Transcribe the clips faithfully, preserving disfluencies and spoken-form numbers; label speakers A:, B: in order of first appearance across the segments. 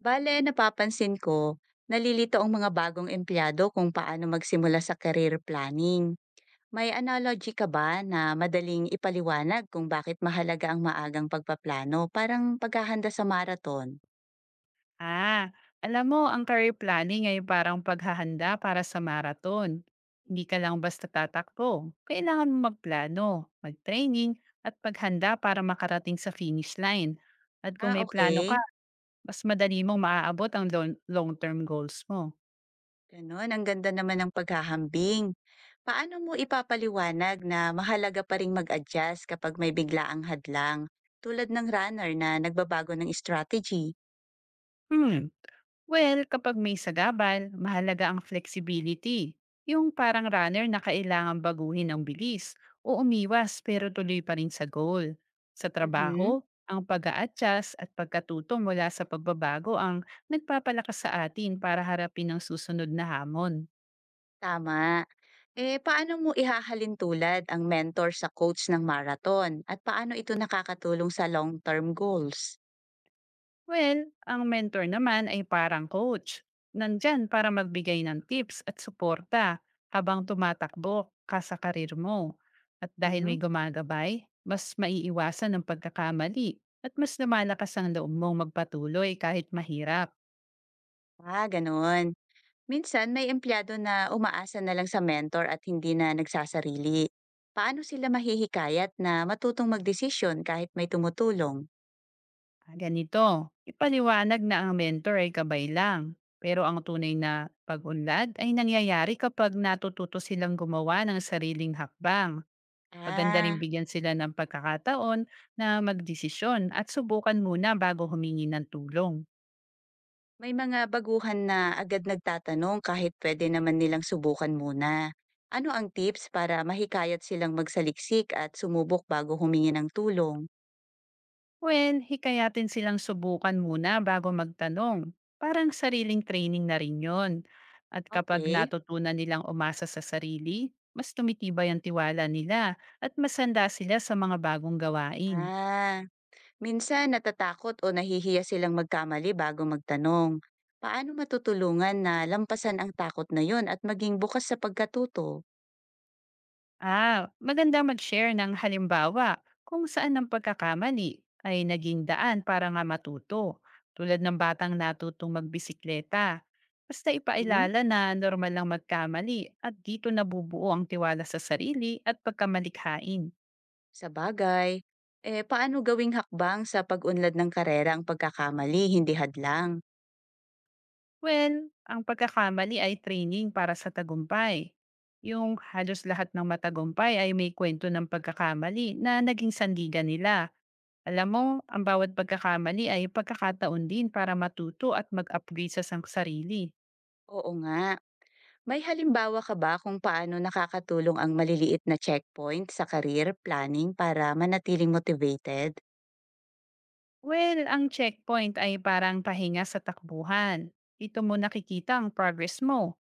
A: Bale, napapansin ko, nalilito ang mga bagong empleyado kung paano magsimula sa career planning. May analogy ka ba na madaling ipaliwanag kung bakit mahalaga ang maagang pagpaplano, parang paghahanda sa marathon?
B: Ah, alam mo, ang career planning ay parang paghahanda para sa marathon. Hindi ka lang basta tatakbo. Kailangan mo magplano, mag-training, at paghanda para makarating sa finish line. At kung
A: Ah,
B: may plano ka,
A: okay.
B: mas madali mong maaabot ang lon- long-term goals mo.
A: Ganun, ang ganda naman ng paghahambing. Paano mo ipapaliwanag na mahalaga pa ring mag-adjust kapag may biglaang hadlang, tulad ng runner na nagbabago ng strategy?
B: Hmm. Well, kapag may sagabal, mahalaga ang flexibility. Yung parang runner na kailangan baguhin ang bilis o umiwas pero tuloy pa rin sa goal. Sa
A: Mhm,
B: trabaho, ang pag adjust at pagkatuto mula sa pagbabago ang nagpapalakas sa atin para harapin ang susunod na hamon.
A: tama. Eh, paano mo ihahalin tulad ang mentor sa coach ng marathon at paano ito nakakatulong sa long-term goals?
B: Well, ang mentor naman ay parang coach. Nandyan para magbigay ng tips at suporta habang tumatakbo ka sa karir mo. At dahil may
A: Mhm.
B: gumagabay, mas maiiwasan ang pagkakamali at mas lumalakas ang loob mong magpatuloy kahit mahirap.
A: Ah, ganun. Minsan may empleyado na umaasa na lang sa mentor at hindi na nagsasarili. Paano sila mahihikayat na matutong magdesisyon kahit may tumutulong?
B: Ah, ganito, ipaliwanag na ang mentor ay gabay lang. Pero ang tunay na pag-unlad ay nangyayari kapag natututo silang gumawa ng sariling hakbang. Maganda ring
A: Ah,
B: bigyan sila ng pagkakataon na magdesisyon at subukan muna bago humingi ng tulong.
A: may mga baguhan na agad nagtatanong kahit pwede naman nilang subukan muna. Ano ang tips para mahikayat silang magsaliksik at sumubok bago humingi ng tulong?
B: When hikayatin silang subukan muna bago magtanong. Parang sariling training na rin yon. At kapag
A: Okay.
B: natutunan nilang umasa sa sarili, mas tumitibay ang tiwala nila at masanda sila sa mga bagong gawain.
A: Ah, minsan natatakot o nahihiya silang magkamali bago magtanong. Paano matutulungan na lampasan ang takot na yon at maging bukas sa pagkatuto?
B: Ah, maganda mag-share ng halimbawa kung saan ang pagkakamali ay naging daan para nga matuto, tulad ng batang natutong magbisikleta. Basta
A: Mhm,
B: ipailala na normal lang magkamali at dito nabubuo ang tiwala sa sarili at pagkamalikhain.
A: sa bagay? Eh, paano gawing hakbang sa pag-unlad ng karera ang pagkakamali, hindi hadlang?
B: Well, ang pagkakamali ay training para sa tagumpay. Yung halos lahat ng matagumpay ay may kwento ng pagkakamali na naging sandigan nila. Alam mo, ang bawat pagkakamali ay pagkakataon din para matuto at mag-upgrade sa sang sarili.
A: Oo nga. May halimbawa ka ba kung paano nakakatulong ang maliliit na checkpoint sa career planning para manatiling motivated?
B: Well, ang checkpoint ay parang pahinga sa takbuhan. Ito mo nakikita ang progress mo.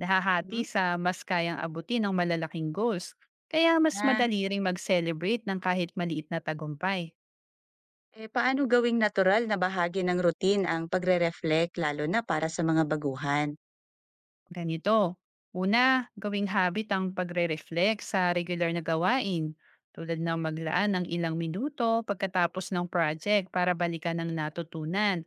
B: Nahahati
A: Hmm,
B: sa mas kayang abutin ng malalaking goals. Kaya mas
A: ah.
B: madali ring mag-celebrate ng kahit maliit na tagumpay.
A: Eh, paano gawing natural na bahagi ng routine ang pagre-reflect lalo na para sa mga baguhan?
B: Ganito. Una, gawing habit ang pagre-reflect sa regular na gawain tulad ng maglaan ng ilang minuto pagkatapos ng project para balikan ang natutunan.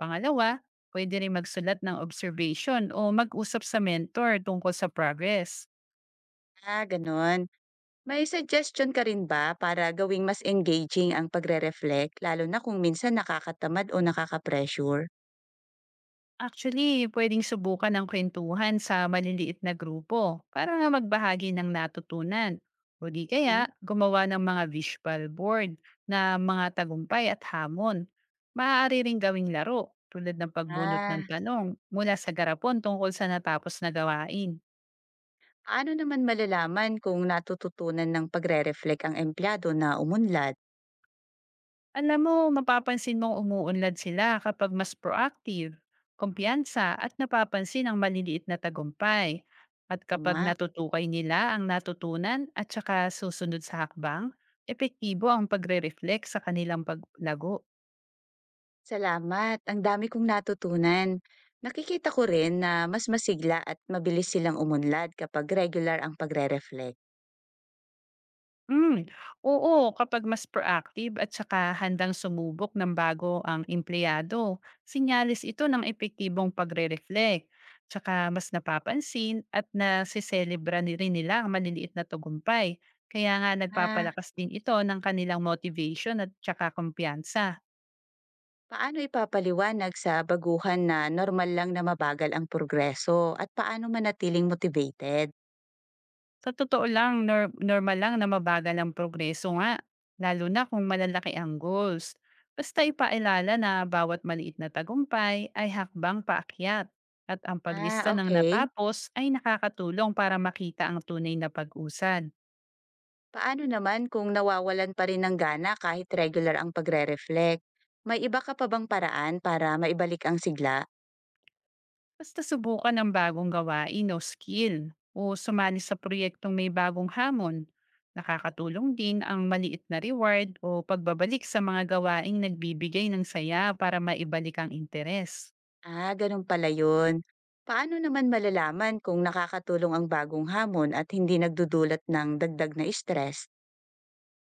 B: Pangalawa, pwede rin magsulat ng observation o mag-usap sa mentor tungkol sa progress.
A: Ah, ganun. May suggestion ka rin ba para gawing mas engaging ang pagre-reflect lalo na kung minsan nakakatamad o nakaka-pressure?
B: Actually, pwedeng subukan ang kwentuhan sa maliliit na grupo para nga magbahagi ng natutunan. O di kaya,
A: Hmm?
B: gumawa ng mga visual board na mga tagumpay at hamon. Maaari ring gawing laro tulad ng pagbunot
A: Ah,
B: ng tanong mula sa garapon tungkol sa natapos na gawain.
A: paano naman malalaman kung natututunan ng pagre-reflect ang empleyado na umunlad?
B: Alam mo, mapapansin mong umuunlad sila kapag mas proactive, kumpiyansa at napapansin ang maliliit na tagumpay. At kapag
A: Tama.
B: natutukay nila ang natutunan at saka susunod sa hakbang, epektibo ang pagre-reflect sa kanilang paglago.
A: Salamat. Ang dami kong natutunan. Nakikita ko rin na mas masigla at mabilis silang umunlad kapag regular ang pagre-reflect.
B: Hmm, oo kapag mas proactive at saka handang sumubok ng bago ang empleyado, sinyalis ito ng epektibong pagre-reflect. Tsaka mas napapansin at nasiselebra ni rin nila ang maliliit na tagumpay. Kaya nga
A: Ah,
B: nagpapalakas din ito ng kanilang motivation at tsaka kumpiyansa.
A: paano ipapaliwanag sa baguhan na normal lang na mabagal ang progreso at paano manatiling motivated?
B: Sa totoo lang, nor normal lang na mabagal ang progreso nga, lalo na kung malalaki ang goals. Basta ipaalala na bawat maliit na tagumpay ay hakbang paakyat at ang paglista
A: Ah,
B: ng
A: okay.
B: natapos ay nakakatulong para makita ang tunay na pag-usad.
A: Paano naman kung nawawalan pa rin ng gana kahit regular ang pagre-reflect? May iba ka pa bang paraan para maibalik ang sigla?
B: Basta subukan ng bagong gawain o skill o sumali sa proyektong may bagong hamon. Nakakatulong din ang maliit na reward o pagbabalik sa mga gawaing nagbibigay ng saya para maibalik ang interes.
A: Ah, ganun pala yun. Paano naman malalaman kung nakakatulong ang bagong hamon at hindi nagdudulot ng dagdag na stress?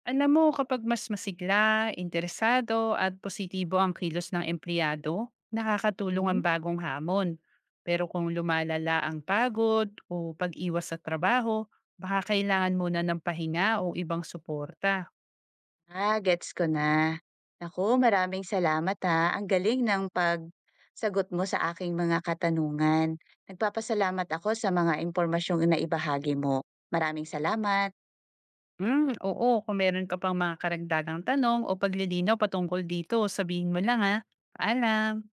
B: Alam mo, kapag mas masigla, interesado at positibo ang kilos ng empleyado, nakakatulong ang
A: Mhm.
B: bagong hamon. Pero kung lumalala ang pagod o pag-iwas sa trabaho, baka kailangan muna ng pahinga o ibang suporta.
A: Ah, gets ko na. Naku, maraming salamat ha. Ang galing ng pagsagot mo sa aking mga katanungan. Nagpapasalamat ako sa mga impormasyong na ibahagi mo. Maraming salamat.
B: Mm, oo, kung meron ka pang mga karagdagang tanong o paglilinaw patungkol dito, sabihin mo lang ha. Paalam!